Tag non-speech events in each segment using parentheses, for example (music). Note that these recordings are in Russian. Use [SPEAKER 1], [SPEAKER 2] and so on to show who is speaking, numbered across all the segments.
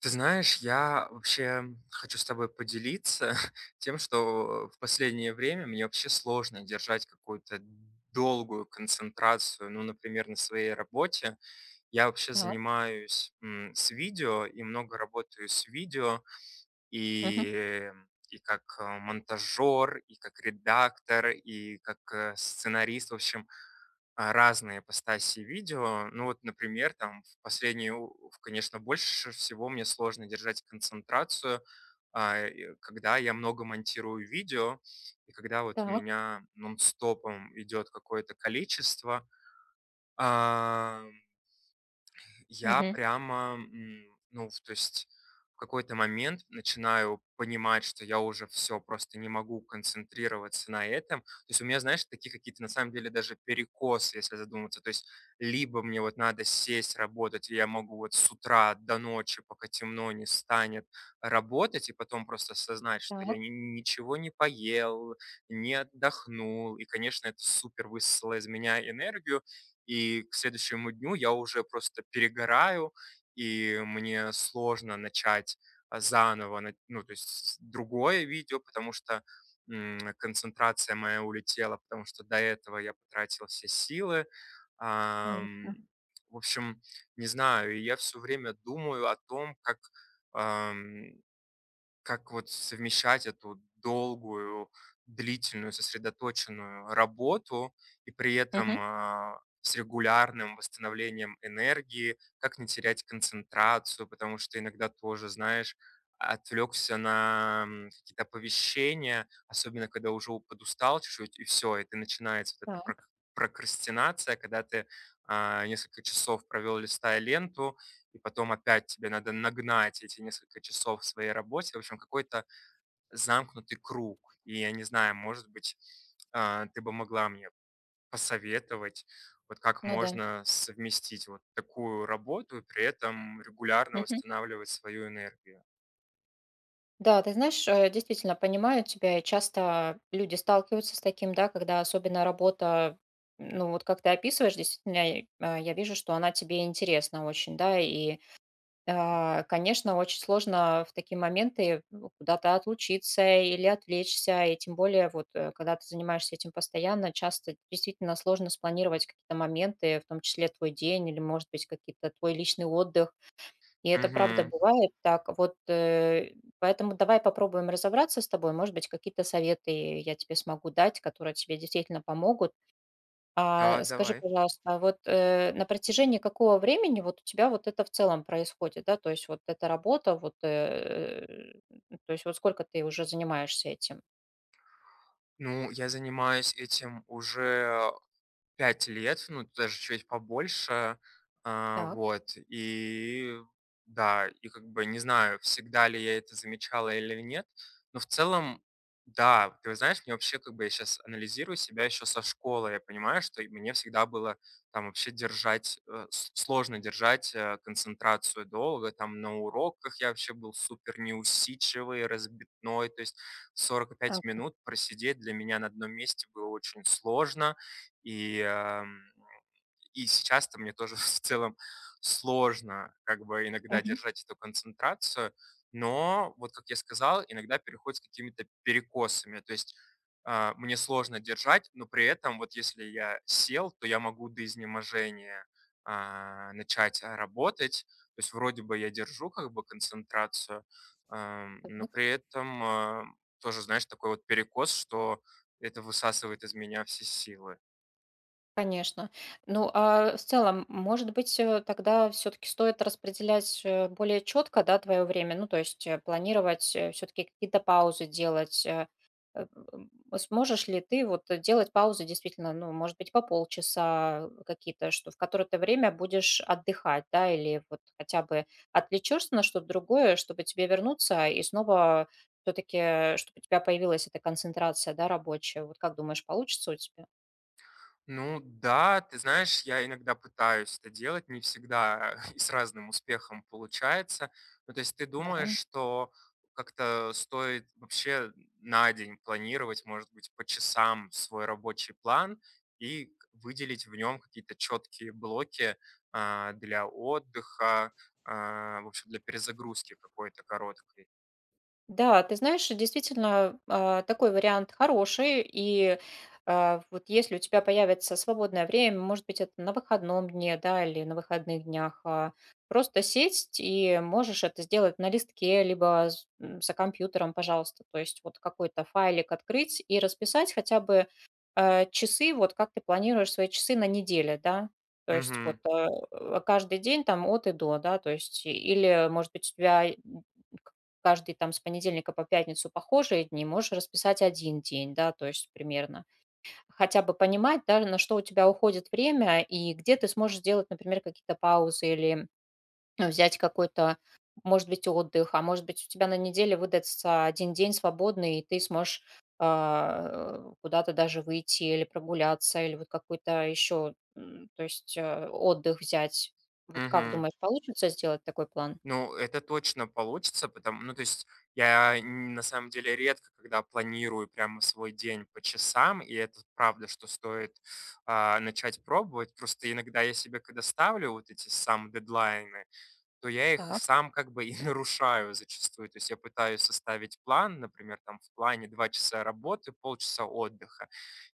[SPEAKER 1] Ты знаешь, я вообще хочу с тобой поделиться (laughs) тем, что в последнее время мне вообще сложно держать какую-то долгую концентрацию, ну, например, на своей работе. Я вообще
[SPEAKER 2] Так.
[SPEAKER 1] занимаюсь с видео и много работаю с видео,
[SPEAKER 2] Мгм.
[SPEAKER 1] и, и как монтажер, и как редактор, и как сценарист. В общем, разные ипостаси видео. Ну вот, например, там в последние, у- в- конечно, больше всего мне сложно держать концентрацию, и когда я много монтирую видео, и когда вот у
[SPEAKER 2] Так.
[SPEAKER 1] меня нон-стопом идет какое-то количество. Я
[SPEAKER 2] Мгм.
[SPEAKER 1] прямо, ну, в то есть в какой-то момент начинаю понимать, что я уже все просто не могу концентрироваться на этом. То есть у меня, знаешь, такие какие-то, на самом деле, даже перекосы, если задуматься. То есть либо мне вот надо сесть работать, и я могу вот с утра до ночи, пока темно не станет, работать, и потом просто осознать, что
[SPEAKER 2] Так,
[SPEAKER 1] я ни ничего не поел, не отдохнул, и, конечно, это супер высосало из меня энергию. И к следующему дню я уже просто перегораю, и мне сложно начать, заново, на ну, то есть с другое видео, потому что, концентрация моя улетела, потому что до этого я потратил все силы. Ам,
[SPEAKER 2] конечно.
[SPEAKER 1] в общем, не знаю, и я все время думаю о том, ам как вот совмещать эту долгую, длительную, сосредоточенную работу и при
[SPEAKER 2] Мгм.
[SPEAKER 1] этом, с регулярным восстановлением энергии, как не терять концентрацию, потому что иногда тоже, знаешь, отвлекся на, какие-то оповещения, особенно когда уже у подустал чуть-чуть, и все, и ты начинается вот эта
[SPEAKER 2] Так.
[SPEAKER 1] прокрастинация, когда ты, несколько часов провел, листая ленту, и потом опять тебе надо нагнать эти несколько часов в своей работе. В общем, какой-то замкнутый круг. И я не знаю, может быть, ты бы могла мне посоветовать, вот как
[SPEAKER 2] Ну да.
[SPEAKER 1] можно совместить вот такую работу и при этом регулярно
[SPEAKER 2] Мгм.
[SPEAKER 1] восстанавливать свою энергию.
[SPEAKER 2] Да, ты знаешь, действительно понимаю тебя, и часто люди сталкиваются с таким, да, когда особенно работа, ну вот как ты описываешь, действительно, я вижу, что она тебе интересна очень, да, и конечно, очень сложно в такие моменты, ну, куда-то отлучиться или отвлечься, и тем более вот, когда ты занимаешься этим постоянно, часто действительно сложно спланировать какие-то моменты, в том числе твой день или, может быть, какие-то твой личный отдых. И это правда
[SPEAKER 1] Мгм.
[SPEAKER 2] бывает так. Вот, поэтому давай попробуем разобраться с тобой. Может быть, какие-то советы я тебе смогу дать, которые тебе действительно помогут.
[SPEAKER 1] Да,
[SPEAKER 2] А скажи,
[SPEAKER 1] давай.
[SPEAKER 2] пожалуйста, вот, на протяжении какого времени вот у тебя вот это в целом происходит, да? То есть вот эта работа, вот, то есть вот сколько ты уже занимаешься этим?
[SPEAKER 1] Ну, я занимаюсь этим уже 5 лет, ну, даже чуть побольше.
[SPEAKER 2] Так.
[SPEAKER 1] Вот, и да, и как бы не знаю, всегда ли я это замечала или нет, но в целом, да, ты знаешь, мне вообще как бы я сейчас анализирую себя еще со школы, я понимаю, что и мне всегда было там вообще держать, сложно держать концентрацию долго, там на уроках я вообще был супер неусидчивый, разбитной, то есть сорок
[SPEAKER 2] А,
[SPEAKER 1] пять минут просидеть для меня на одном месте было очень сложно, и, и сейчас-то мне тоже (laughs) в целом сложно как бы иногда
[SPEAKER 2] Мгм.
[SPEAKER 1] держать эту концентрацию, но вот, как я сказал, иногда переходит с какими-то перекосами. То есть мне сложно держать, но при этом вот если я сел, то я могу до изнеможения начать работать. То есть вроде бы я держу как бы концентрацию, но при этом тоже, знаешь, такой вот перекос, что это высасывает из меня все силы.
[SPEAKER 2] Конечно. Ну, а в целом, может быть, тогда все-таки стоит распределять более четко, да, твое время, ну, то есть планировать все-таки какие-то паузы делать. Э, Сможешь ли ты вот делать паузы действительно, ну, может быть, по полчаса какие-то, что в которое ты время будешь отдыхать, да, или вот хотя бы отвлечешься на что-то другое, чтобы тебе вернуться и снова все-таки, чтобы у тебя появилась эта концентрация, да, рабочая. Вот как думаешь, получится у тебя?
[SPEAKER 1] Ну да, ты знаешь, я иногда пытаюсь это делать, не всегда (laughs) и с разным успехом получается. Ну, то есть ты думаешь,
[SPEAKER 2] Да.
[SPEAKER 1] что как-то стоит вообще на день планировать, может быть, по часам свой рабочий план и выделить в нем какие-то четкие блоки для отдыха, в общем, для перезагрузки какой-то короткой.
[SPEAKER 2] Да, ты знаешь, действительно, такой вариант хороший. И вот если у тебя появится свободное время, может быть, это на выходном дне, да, или на выходных днях, просто сесть и можешь это сделать на листке, либо за компьютером, пожалуйста. То есть вот какой-то файлик открыть и расписать хотя бы часы, вот как ты планируешь свои часы на неделе, да. То есть вот
[SPEAKER 1] Угу.
[SPEAKER 2] каждый день там от и до, да, то есть или, может быть, у тебя каждый там с понедельника по пятницу похожие дни, можешь расписать один день, да, то есть примерно. Хотя бы понимать, да, на что у тебя уходит время и где ты сможешь сделать, например, какие-то паузы или взять какой-то, может быть, отдых, а может быть, у тебя на неделе выдастся один день свободный, и ты сможешь куда-то даже выйти или прогуляться, или вот какой-то еще, то есть, отдых взять. Вот как думаешь, получится сделать такой план?
[SPEAKER 1] Ну, это точно получится, потому, ну, то есть я на самом деле редко, когда планирую прямо свой день по часам, и это правда, что стоит начать пробовать. Просто иногда я себе, когда ставлю вот эти сам дедлайны, то я их
[SPEAKER 2] Так,
[SPEAKER 1] сам как бы и (laughs) нарушаю зачастую. То есть я пытаюсь составить план, например, там в плане 2 часа работы, полчаса отдыха.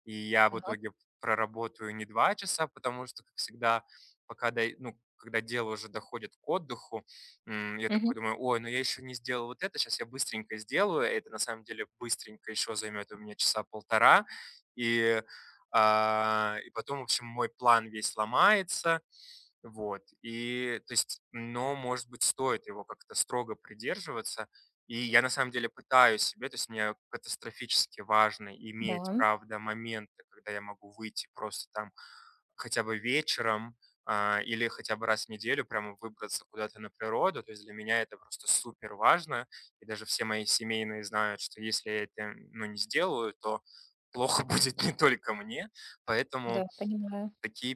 [SPEAKER 1] И я в
[SPEAKER 2] так.
[SPEAKER 1] итоге проработаю не 2 часа, потому что, как всегда, пока дой ну, когда дело уже доходит к отдыху, я
[SPEAKER 2] Мгм.
[SPEAKER 1] такой думаю: «Ой, ну я еще не сделал вот это, сейчас я быстренько сделаю». Это на самом деле быстренько еще займет у меня часа полтора. И, и потом, в общем, мой план весь ломается. Вот, и, то есть, но, может быть, стоит его как-то строго придерживаться. И я на самом деле пытаюсь себе, то есть мне катастрофически важно иметь,
[SPEAKER 2] Да.
[SPEAKER 1] правда, моменты, когда я могу выйти просто там хотя бы вечером или хотя бы раз в неделю прямо выбраться куда-то на природу. То есть для меня это просто супер важно. И даже все мои семейные знают, что если я это, ну, не сделаю, то плохо (laughs) будет не только мне.
[SPEAKER 2] Да,
[SPEAKER 1] Поэтому
[SPEAKER 2] понимаю.
[SPEAKER 1] такие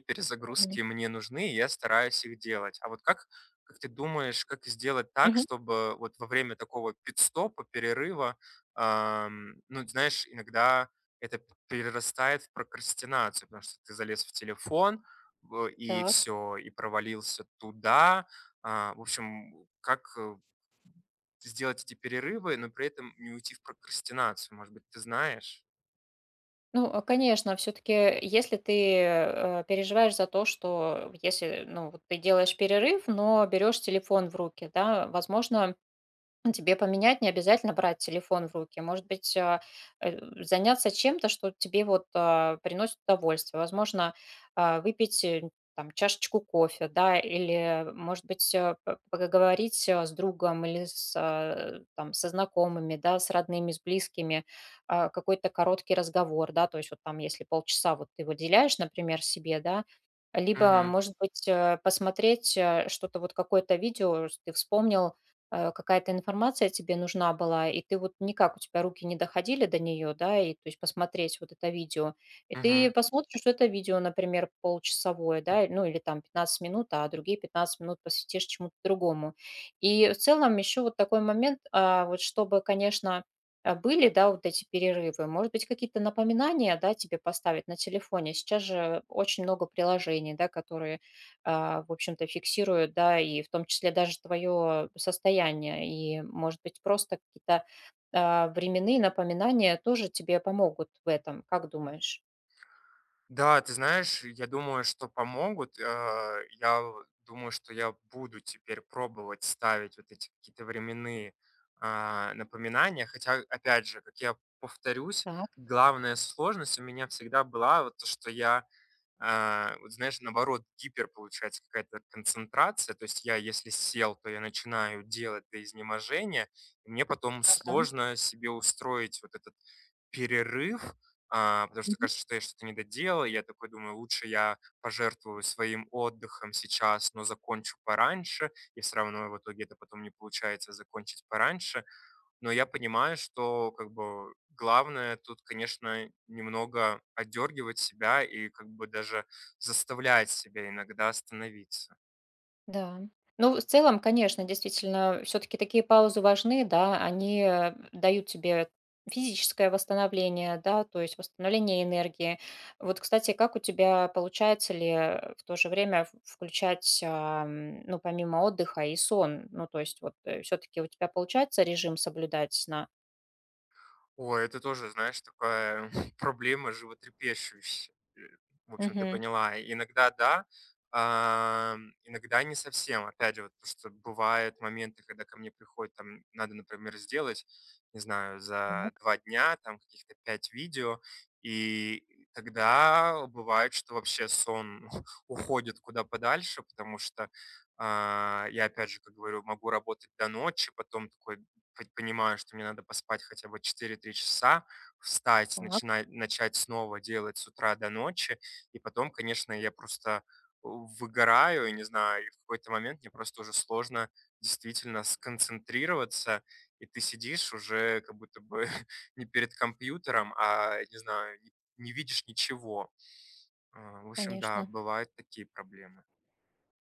[SPEAKER 2] Мгм.
[SPEAKER 1] перезагрузки мне нужны, и я стараюсь их делать. А вот как ты думаешь, как сделать так,
[SPEAKER 2] Мгм.
[SPEAKER 1] чтобы вот во время такого пит-стопа, перерыва, ну, знаешь, иногда это перерастает в прокрастинацию, потому что ты залез в телефон, и
[SPEAKER 2] Так.
[SPEAKER 1] все, и провалился туда. В общем, как сделать эти перерывы, но при этом не уйти в прокрастинацию, может быть, ты знаешь?
[SPEAKER 2] Ну, конечно, все-таки, если ты переживаешь за то, что если, ну, вот ты делаешь перерыв, но берешь телефон в руки, да, возможно, ну, тебе поменять, не обязательно брать телефон в руки. Может быть, заняться чем-то, что тебе вот приносит удовольствие. Возможно, выпить там чашечку кофе, да, или, может быть, поговорить с другом или с, там, со знакомыми, да, с родными, с близкими, какой-то короткий разговор, да, то есть вот там, если полчаса вот ты выделяешь, например, себе, да, либо, может быть, посмотреть что-то, вот какое-то видео, что ты вспомнил, какая-то информация тебе нужна была, и ты вот никак, у тебя руки не доходили до нее, да, и то есть посмотреть вот это видео, и
[SPEAKER 1] Угу.
[SPEAKER 2] ты посмотришь это видео, например, полчасовое, да, ну или там 15 минут, а другие 15 минут посвятишь чему-то другому. И в целом еще вот такой момент, вот чтобы, конечно, были, да, вот эти перерывы, может быть, какие-то напоминания, да, тебе поставить на телефоне. Сейчас же очень много приложений, да, которые в общем-то, фиксируют, да, и в том числе даже твое состояние. И, может быть, просто какие-то временные напоминания тоже тебе помогут в этом. Как думаешь?
[SPEAKER 1] Да, ты знаешь, я думаю, что помогут. Я думаю, что я буду теперь пробовать ставить вот эти какие-то временные напоминания. Хотя, опять же, как я повторюсь,
[SPEAKER 2] Так,
[SPEAKER 1] главная сложность у меня всегда была вот то, что я, вот знаешь, наоборот, гипер получается какая-то концентрация. То есть я, если сел, то я начинаю делать до изнеможения, и мне потом
[SPEAKER 2] ага.
[SPEAKER 1] сложно себе устроить вот этот перерыв, потому что кажется, что я что-то не доделал. И я такой думаю, лучше я пожертвую своим отдыхом сейчас, но закончу пораньше. И все равно в итоге это потом не получается закончить пораньше. Но я понимаю, что как бы главное тут, конечно, немного отдергивать себя и как бы даже заставлять себя иногда остановиться.
[SPEAKER 2] Да. Ну, в целом, конечно, действительно, все-таки такие паузы важны, да, они дают тебе физическое восстановление, да, то есть восстановление энергии. Вот, кстати, как у тебя получается ли в то же время включать, ну, помимо отдыха и сон? Ну, то есть вот все-таки у тебя получается режим соблюдать сна?
[SPEAKER 1] Ой, это тоже, знаешь, такая (laughs) проблема животрепещущая. В общем, ты
[SPEAKER 2] Мгм.
[SPEAKER 1] поняла. Иногда да, а, иногда не совсем. Опять же, вот, потому что бывают моменты, когда ко мне приходит, там, надо, например, сделать, не знаю, за
[SPEAKER 2] Так,
[SPEAKER 1] 2 дня, там, каких-то 5 видео, и тогда бывает, что вообще сон (laughs) уходит куда подальше, потому что я, опять же, как говорю, могу работать до ночи, потом такой хоть понимаю, что мне надо поспать хотя бы 4-3 часа, встать,
[SPEAKER 2] так,
[SPEAKER 1] начать снова делать с утра до ночи, и потом, конечно, я просто выгораю, и не знаю, и в какой-то момент мне просто уже сложно действительно сконцентрироваться, и ты сидишь уже как будто бы (laughs) не перед компьютером, а, не знаю, не видишь ничего. В общем, да,
[SPEAKER 2] конечно.
[SPEAKER 1] бывают такие проблемы.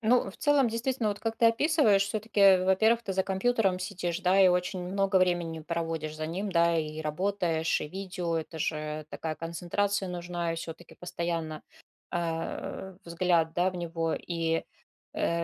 [SPEAKER 2] Ну, в целом, действительно, вот как ты описываешь, все-таки, во-первых, ты за компьютером сидишь, да, и очень много времени проводишь за ним, да, и работаешь, и видео, это же такая концентрация нужна, и все-таки постоянно взгляд, да, в него. И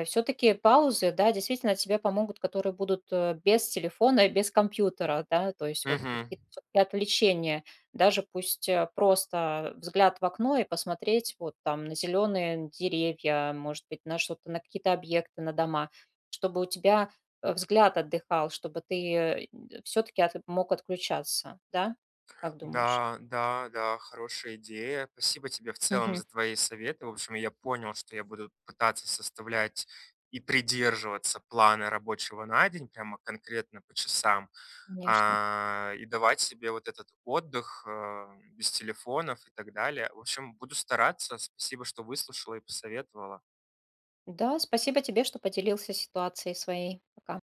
[SPEAKER 2] все-таки паузы, да, действительно тебе помогут, которые будут без телефона и без компьютера, да, то есть вот
[SPEAKER 1] Мгм.
[SPEAKER 2] какие-то всё-таки отвлечения. Даже пусть просто взгляд в окно и посмотреть вот там на зеленые деревья, может быть, на что-то, на какие-то объекты, на дома, чтобы у тебя взгляд отдыхал, чтобы ты все-таки мог отключаться, да? Как думаешь?
[SPEAKER 1] Да, да, да, хорошая идея. Спасибо тебе в целом
[SPEAKER 2] Мгм.
[SPEAKER 1] за твои советы. В общем, я понял, что я буду пытаться составлять и придерживаться плана рабочего на день, прямо конкретно по часам,
[SPEAKER 2] Конечно.
[SPEAKER 1] и давать себе вот этот отдых без телефонов и так далее. В общем, буду стараться. Спасибо, что выслушала и посоветовала.
[SPEAKER 2] Да, спасибо тебе, что поделился ситуацией своей. Пока.